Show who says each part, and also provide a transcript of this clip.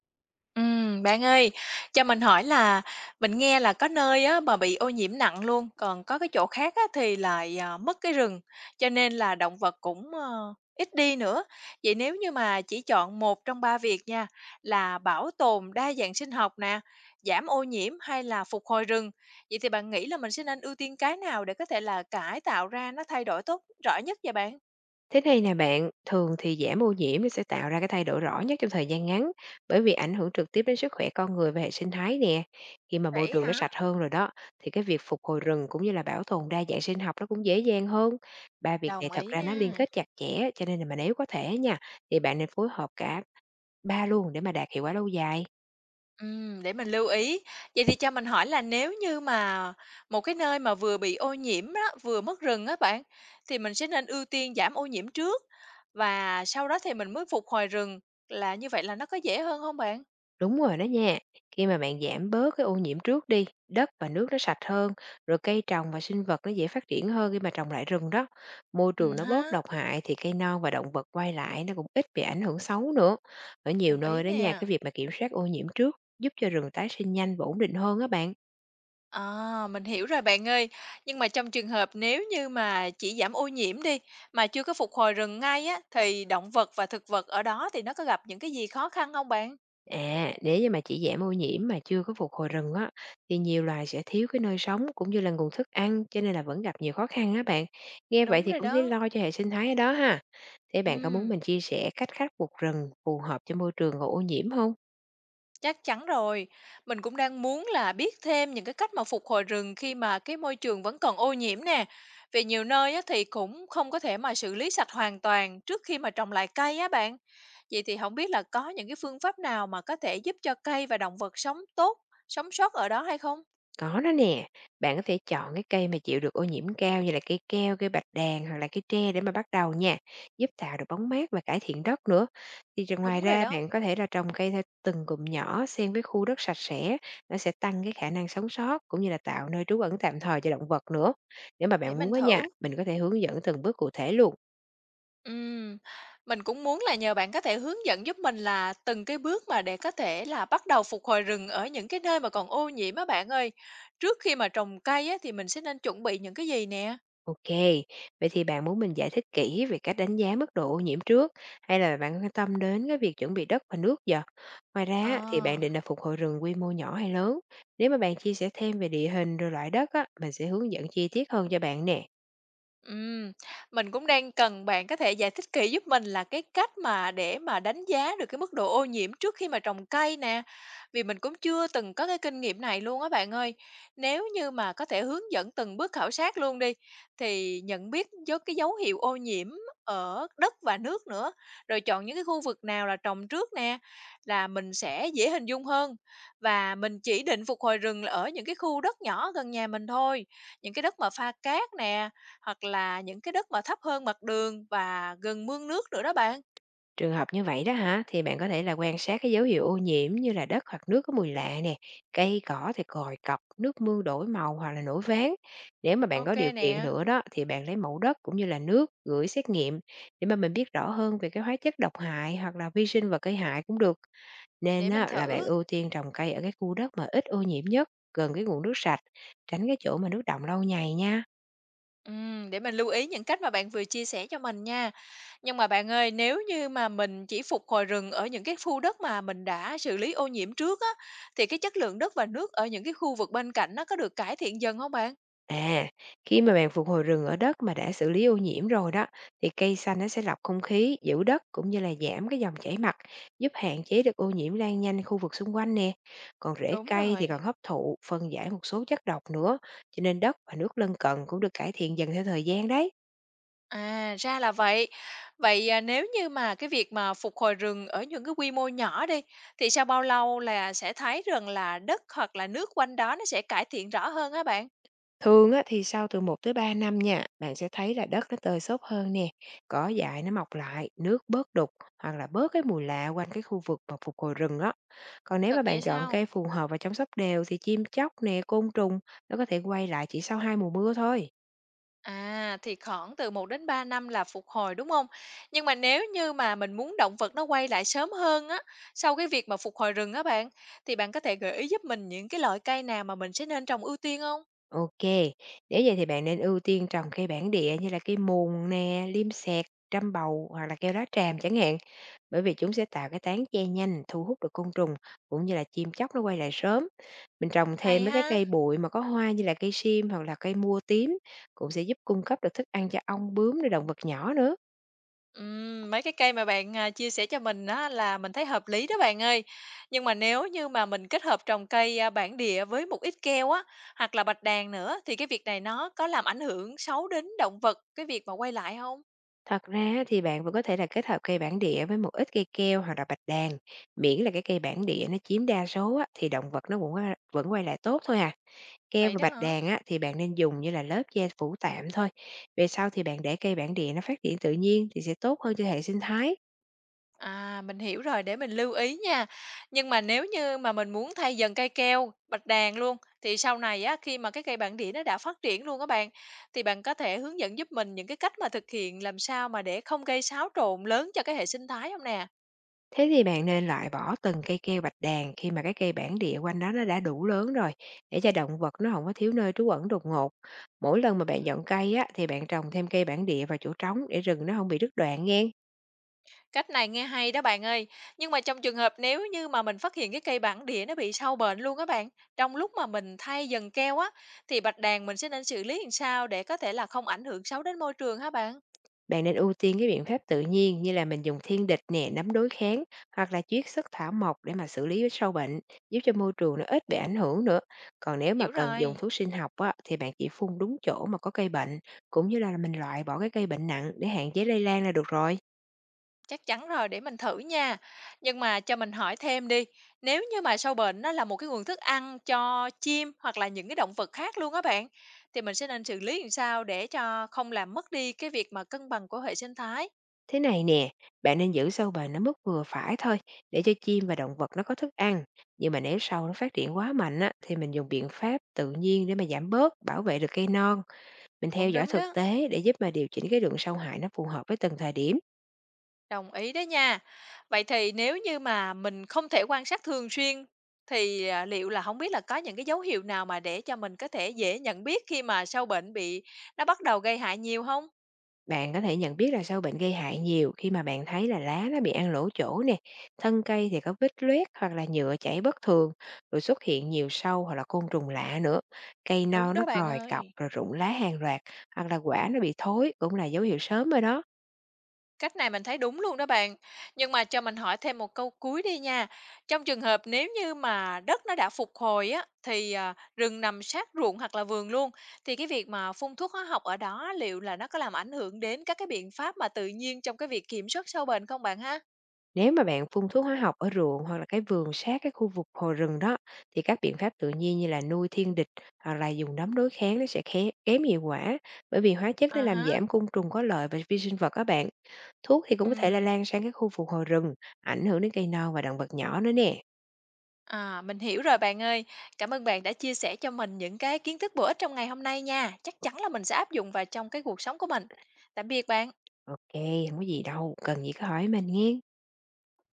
Speaker 1: Bạn ơi, cho mình hỏi là mình nghe là có nơi á mà bị ô nhiễm nặng luôn, còn có cái chỗ khác á thì lại, à, mất cái rừng, cho nên là động vật cũng, ít đi nữa. Vậy nếu như mà chỉ chọn một trong ba việc nha, là bảo tồn đa dạng sinh học nè, giảm ô nhiễm hay là phục hồi rừng, vậy thì bạn nghĩ là mình sẽ nên ưu tiên cái nào để có thể là cải tạo ra nó thay đổi tốt rõ nhất vậy bạn?
Speaker 2: Thế này nè bạn, thường thì giảm ô nhiễm nó sẽ tạo ra cái thay đổi rõ nhất trong thời gian ngắn bởi vì ảnh hưởng trực tiếp đến sức khỏe con người và hệ sinh thái nè. Khi mà môi
Speaker 1: Vậy
Speaker 2: trường nó
Speaker 1: hả?
Speaker 2: sạch hơn rồi đó thì cái việc phục hồi rừng cũng như là bảo tồn đa dạng sinh học nó cũng dễ dàng hơn. Ba việc này
Speaker 1: Đồng
Speaker 2: thật
Speaker 1: ý
Speaker 2: ra nó liên
Speaker 1: nè.
Speaker 2: kết chặt chẽ cho nên là mà nếu có thể nha thì bạn nên phối hợp cả ba luôn để mà đạt hiệu quả lâu dài.
Speaker 1: Để mình lưu ý. Vậy thì cho mình hỏi là nếu như mà một cái nơi mà vừa bị ô nhiễm á, vừa mất rừng á bạn, thì mình sẽ nên ưu tiên giảm ô nhiễm trước và sau đó thì mình mới phục hồi rừng, là như vậy là nó có dễ hơn không bạn?
Speaker 2: Đúng rồi đó nha. Khi mà bạn giảm bớt cái ô nhiễm trước đi, đất và nước nó sạch hơn, rồi cây trồng và sinh vật nó dễ phát triển hơn khi mà trồng lại rừng đó. Môi trường nó bớt
Speaker 1: Ha,
Speaker 2: độc hại thì cây non và động vật quay lại nó cũng ít bị ảnh hưởng xấu nữa. Ở nhiều
Speaker 1: đồng ý
Speaker 2: nơi đó nha,
Speaker 1: nè.
Speaker 2: cái việc mà kiểm soát ô nhiễm trước giúp cho rừng tái sinh nhanh và ổn định hơn á bạn.
Speaker 1: À, mình hiểu rồi bạn ơi. Nhưng mà trong trường hợp nếu như mà chỉ giảm ô nhiễm đi, mà chưa có phục hồi rừng ngay á, thì động vật và thực vật ở đó thì nó có gặp những cái gì khó khăn không bạn?
Speaker 2: À, nếu như mà chỉ giảm ô nhiễm mà chưa có phục hồi rừng á, thì nhiều loài sẽ thiếu cái nơi sống cũng như là nguồn thức ăn, cho nên là vẫn gặp nhiều khó khăn á bạn. Nghe
Speaker 1: Đúng
Speaker 2: vậy thì
Speaker 1: rồi
Speaker 2: cũng thấy
Speaker 1: đó.
Speaker 2: lo cho hệ sinh thái ở đó ha. Thế bạn có muốn
Speaker 1: Ừm.
Speaker 2: mình chia sẻ cách khắc phục rừng phù hợp cho môi trường và ô nhiễm không?
Speaker 1: Chắc chắn rồi. Mình cũng đang muốn là biết thêm những cái cách mà phục hồi rừng khi mà cái môi trường vẫn còn ô nhiễm nè. Vì nhiều nơi á, thì cũng không có thể mà xử lý sạch hoàn toàn trước khi mà trồng lại cây á bạn. Vậy thì không biết là có những cái phương pháp nào mà có thể giúp cho cây và động vật sống tốt, sống sót ở đó hay không?
Speaker 2: Có đó nè, bạn có thể chọn cái cây mà chịu được ô nhiễm cao như là cây keo, cây bạch đàn hoặc là cây tre để mà bắt đầu nha, giúp tạo được bóng mát và cải thiện đất nữa. Thì rồi ngoài
Speaker 1: Đúng rồi
Speaker 2: ra
Speaker 1: đó,
Speaker 2: bạn có thể là trồng cây theo từng cụm nhỏ xen với khu đất sạch sẽ, nó sẽ tăng cái khả năng sống sót cũng như là tạo nơi trú ẩn tạm thời cho động vật nữa. Nếu mà
Speaker 1: để
Speaker 2: bạn
Speaker 1: mình
Speaker 2: muốn á nha,
Speaker 1: thử.
Speaker 2: mình có thể hướng dẫn từng bước cụ thể luôn.
Speaker 1: Ừm, mình cũng muốn là nhờ bạn có thể hướng dẫn giúp mình là từng cái bước mà để có thể là bắt đầu phục hồi rừng ở những cái nơi mà còn ô nhiễm á bạn ơi. Trước khi mà trồng cây á, thì mình sẽ nên chuẩn bị những cái gì nè?
Speaker 2: OK, vậy thì bạn muốn mình giải thích kỹ về cách đánh giá mức độ ô nhiễm trước, hay là bạn quan tâm đến cái việc chuẩn bị đất và nước vậy? Ngoài ra á, thì bạn
Speaker 1: À.
Speaker 2: định là phục hồi rừng quy mô nhỏ hay lớn? Nếu mà bạn chia sẻ thêm về địa hình rồi loại đất á, mình sẽ hướng dẫn chi tiết hơn cho bạn nè.
Speaker 1: Ừm, mình cũng đang cần bạn có thể giải thích kỹ giúp mình là cái cách mà để mà đánh giá được cái mức độ ô nhiễm trước khi mà trồng cây nè. Vì mình cũng chưa từng có cái kinh nghiệm này luôn á bạn ơi. Nếu như mà có thể hướng dẫn từng bước khảo sát luôn đi thì nhận biết với cái dấu hiệu ô nhiễm ở đất và nước nữa, rồi chọn những cái khu vực nào là trồng trước nè là mình sẽ dễ hình dung hơn và mình chỉ định phục hồi rừng là ở những cái khu đất nhỏ gần nhà mình thôi, những cái đất mà pha cát nè hoặc là những cái đất mà thấp hơn mặt đường và gần mương nước nữa đó bạn.
Speaker 2: Trường hợp như vậy đó hả, thì bạn có thể là quan sát cái dấu hiệu ô nhiễm như là đất hoặc nước có mùi lạ nè, cây cỏ thì còi cọc, nước mương đổi màu hoặc là nổi ván. Nếu mà bạn
Speaker 1: Ok
Speaker 2: có điều kiện
Speaker 1: nè.
Speaker 2: nữa đó thì bạn lấy mẫu đất cũng như là nước gửi xét nghiệm để mà mình biết rõ hơn về cái hóa chất độc hại hoặc là vi sinh vật gây hại cũng được.
Speaker 1: Để
Speaker 2: Nên
Speaker 1: mình
Speaker 2: á, là bạn
Speaker 1: thử.
Speaker 2: ưu tiên trồng cây ở cái khu đất mà ít ô nhiễm nhất, gần cái nguồn nước sạch, tránh cái chỗ mà nước đọng lâu ngày nha.
Speaker 1: Để mình lưu ý những cách mà bạn vừa chia sẻ cho mình nha. Nhưng mà bạn ơi, nếu như mà mình chỉ phục hồi rừng ở những cái khu đất mà mình đã xử lý ô nhiễm trước á, thì cái chất lượng đất và nước ở những cái khu vực bên cạnh nó có được cải thiện dần không bạn?
Speaker 2: À, khi mà bạn phục hồi rừng ở đất mà đã xử lý ô nhiễm rồi đó, thì cây xanh nó sẽ lọc không khí, giữ đất cũng như là giảm cái dòng chảy mặt, giúp hạn chế được ô nhiễm lan nhanh khu vực xung quanh nè. Còn rễ
Speaker 1: Đúng
Speaker 2: cây thì
Speaker 1: rồi.
Speaker 2: còn hấp thụ, phân giải một số chất độc nữa, cho nên đất và nước lân cận cũng được cải thiện dần theo thời gian đấy.
Speaker 1: À, ra là vậy. Vậy, à, nếu như mà cái việc mà phục hồi rừng ở những cái quy mô nhỏ đi, thì sau bao lâu là sẽ thấy rằng là đất hoặc là nước quanh đó nó sẽ cải thiện rõ hơn hả bạn?
Speaker 2: Thường á, thì sau từ 1 tới 3 năm nha, bạn sẽ thấy là đất nó tơi xốp hơn nè, cỏ dại nó mọc lại, nước bớt đục hoặc là bớt cái mùi lạ quanh cái khu vực mà phục hồi rừng đó. Còn nếu
Speaker 1: Thật
Speaker 2: mà
Speaker 1: vậy
Speaker 2: bạn chọn
Speaker 1: sao?
Speaker 2: cây phù hợp và chăm sóc đều thì chim chóc nè, côn trùng nó có thể quay lại chỉ sau 2 mùa mưa thôi.
Speaker 1: À, thì khoảng từ 1 đến 3 năm là phục hồi đúng không? Nhưng mà nếu như mà mình muốn động vật nó quay lại sớm hơn á, sau cái việc mà phục hồi rừng á bạn, thì bạn có thể gợi ý giúp mình những cái loại cây nào mà mình sẽ nên trồng ưu tiên không?
Speaker 2: Ok, nếu vậy thì bạn nên ưu tiên trồng cây bản địa như là cây mùn nè, liêm sẹt, trăm bầu hoặc là keo lá tràm chẳng hạn. Bởi vì chúng sẽ tạo cái tán che nhanh, thu hút được côn trùng cũng như là chim chóc nó quay lại sớm. Mình trồng thêm
Speaker 1: Hay
Speaker 2: mấy cái
Speaker 1: ha.
Speaker 2: cây bụi mà có hoa như là cây sim hoặc là cây mua tím cũng sẽ giúp cung cấp được thức ăn cho ong bướm rồi động vật nhỏ nữa.
Speaker 1: Mấy cái cây mà bạn, à, chia sẻ cho mình á là mình thấy hợp lý đó bạn ơi. Nhưng mà nếu như mà mình kết hợp trồng cây, a, bản địa với một ít keo á, hoặc là bạch đàn nữa thì cái việc này nó có làm ảnh hưởng xấu đến động vật cái việc mà quay lại không?
Speaker 2: Thật ra thì bạn vẫn có thể là kết hợp cây bản địa với một ít cây keo hoặc là bạch đàn, miễn là cái cây bản địa nó chiếm đa số á, thì động vật nó cũng vẫn quay lại tốt thôi à. Keo
Speaker 1: Vậy
Speaker 2: và
Speaker 1: đó
Speaker 2: bạch
Speaker 1: hả?
Speaker 2: đàn á, thì bạn nên dùng như là lớp che phủ tạm thôi. Về sau thì bạn để cây bản địa nó phát triển tự nhiên thì sẽ tốt hơn cho hệ sinh thái.
Speaker 1: À, mình hiểu rồi, để mình lưu ý nha. Nhưng mà nếu như mà mình muốn thay dần cây keo, bạch đàn luôn, thì sau này á, khi mà cái cây bản địa nó đã phát triển luôn các bạn, thì bạn có thể hướng dẫn giúp mình những cái cách mà thực hiện làm sao mà để không gây xáo trộn lớn cho cái hệ sinh thái không nè?
Speaker 2: Thế thì bạn nên loại bỏ từng cây keo bạch đàn khi mà cái cây bản địa quanh đó nó đã đủ lớn rồi, để cho động vật nó không có thiếu nơi trú ẩn đột ngột. Mỗi lần mà bạn dọn cây á, thì bạn trồng thêm cây bản địa vào chỗ trống để rừng nó không bị đứt đoạn nghe.
Speaker 1: Cách này nghe hay đó bạn ơi. Nhưng mà trong trường hợp nếu như mà mình phát hiện cái cây bản địa nó bị sâu bệnh luôn á bạn, trong lúc mà mình thay dần keo á, thì bạch đàn mình sẽ nên xử lý làm sao để có thể là không ảnh hưởng xấu đến môi trường hả bạn?
Speaker 2: Bạn nên ưu tiên cái biện pháp tự nhiên như là mình dùng thiên địch nè, nấm đối kháng hoặc là chiết xuất thảo mộc để mà xử lý với sâu bệnh, giúp cho môi trường nó ít bị ảnh hưởng nữa. Còn nếu mà
Speaker 1: Hiểu
Speaker 2: cần dùng
Speaker 1: rồi,
Speaker 2: thuốc sinh học á, thì bạn chỉ phun đúng chỗ mà có cây bệnh, cũng như là mình loại bỏ cái cây bệnh nặng để hạn chế lây lan là được rồi.
Speaker 1: chắc chắn rồi để mình thử nha. Nhưng mà cho mình hỏi thêm đi, nếu như mà sâu bệnh nó là một cái nguồn thức ăn cho chim hoặc là những cái động vật khác luôn á bạn, thì mình sẽ nên xử lý làm sao để cho không làm mất đi cái việc mà cân bằng của hệ sinh thái.
Speaker 2: Thế này nè, bạn nên giữ sâu bền ở mức vừa phải thôi để cho chim và động vật nó có thức ăn. Nhưng mà nếu sâu nó phát triển quá mạnh á, thì mình dùng biện pháp tự nhiên để mà giảm bớt, bảo vệ được cây non. Mình theo
Speaker 1: Cũng
Speaker 2: dõi
Speaker 1: đúng
Speaker 2: thực
Speaker 1: đó.
Speaker 2: tế để giúp mà điều chỉnh cái lượng sâu hại nó phù hợp với từng thời điểm.
Speaker 1: Đồng ý đấy nha. Vậy thì nếu như mà mình không thể quan sát thường xuyên thì, à, liệu là không biết là có những cái dấu hiệu nào mà để cho mình có thể dễ nhận biết khi mà sâu bệnh bị nó bắt đầu gây hại nhiều không?
Speaker 2: Bạn có thể nhận biết là sâu bệnh gây hại nhiều khi mà bạn thấy là lá nó bị ăn lỗ chỗ nè, thân cây thì có vết loét hoặc là nhựa chảy bất thường, rồi xuất hiện nhiều sâu hoặc là côn trùng lạ nữa. Cây
Speaker 1: Đúng
Speaker 2: non nó
Speaker 1: đó bạn
Speaker 2: còi cọc
Speaker 1: ơi.
Speaker 2: rồi rụng lá hàng loạt hoặc là quả nó bị thối cũng là dấu hiệu sớm rồi đó.
Speaker 1: Cách này mình thấy đúng luôn đó bạn. Nhưng mà cho mình hỏi thêm một câu cuối đi nha. Trong trường hợp nếu như mà đất nó đã phục hồi á, thì à, rừng nằm sát ruộng hoặc là vườn luôn, thì cái việc mà phun thuốc hóa học ở đó liệu là nó có làm ảnh hưởng đến các cái biện pháp mà tự nhiên trong cái việc kiểm soát sâu bệnh không bạn ha?
Speaker 2: Nếu mà bạn phun thuốc hóa học ở ruộng hoặc là cái vườn sát cái khu vực hồ rừng đó thì các biện pháp tự nhiên như là nuôi thiên địch hoặc là dùng nấm đối kháng nó sẽ kém hiệu quả bởi vì hóa chất nó
Speaker 1: À
Speaker 2: làm
Speaker 1: hả,
Speaker 2: giảm côn trùng có lợi và vi sinh vật các bạn. Thuốc thì cũng có thể là
Speaker 1: ừm,
Speaker 2: lan sang các khu phục hồi rừng, ảnh hưởng đến cây non và động vật nhỏ nữa nè.
Speaker 1: à mình hiểu rồi bạn ơi. Cảm ơn bạn đã chia sẻ cho mình những cái kiến thức bổ ích trong ngày hôm nay nha. Chắc chắn là mình sẽ áp dụng vào trong cái cuộc sống của mình. Tạm biệt bạn.
Speaker 2: Ok, không có gì đâu, cần gì cứ hỏi mình nghe.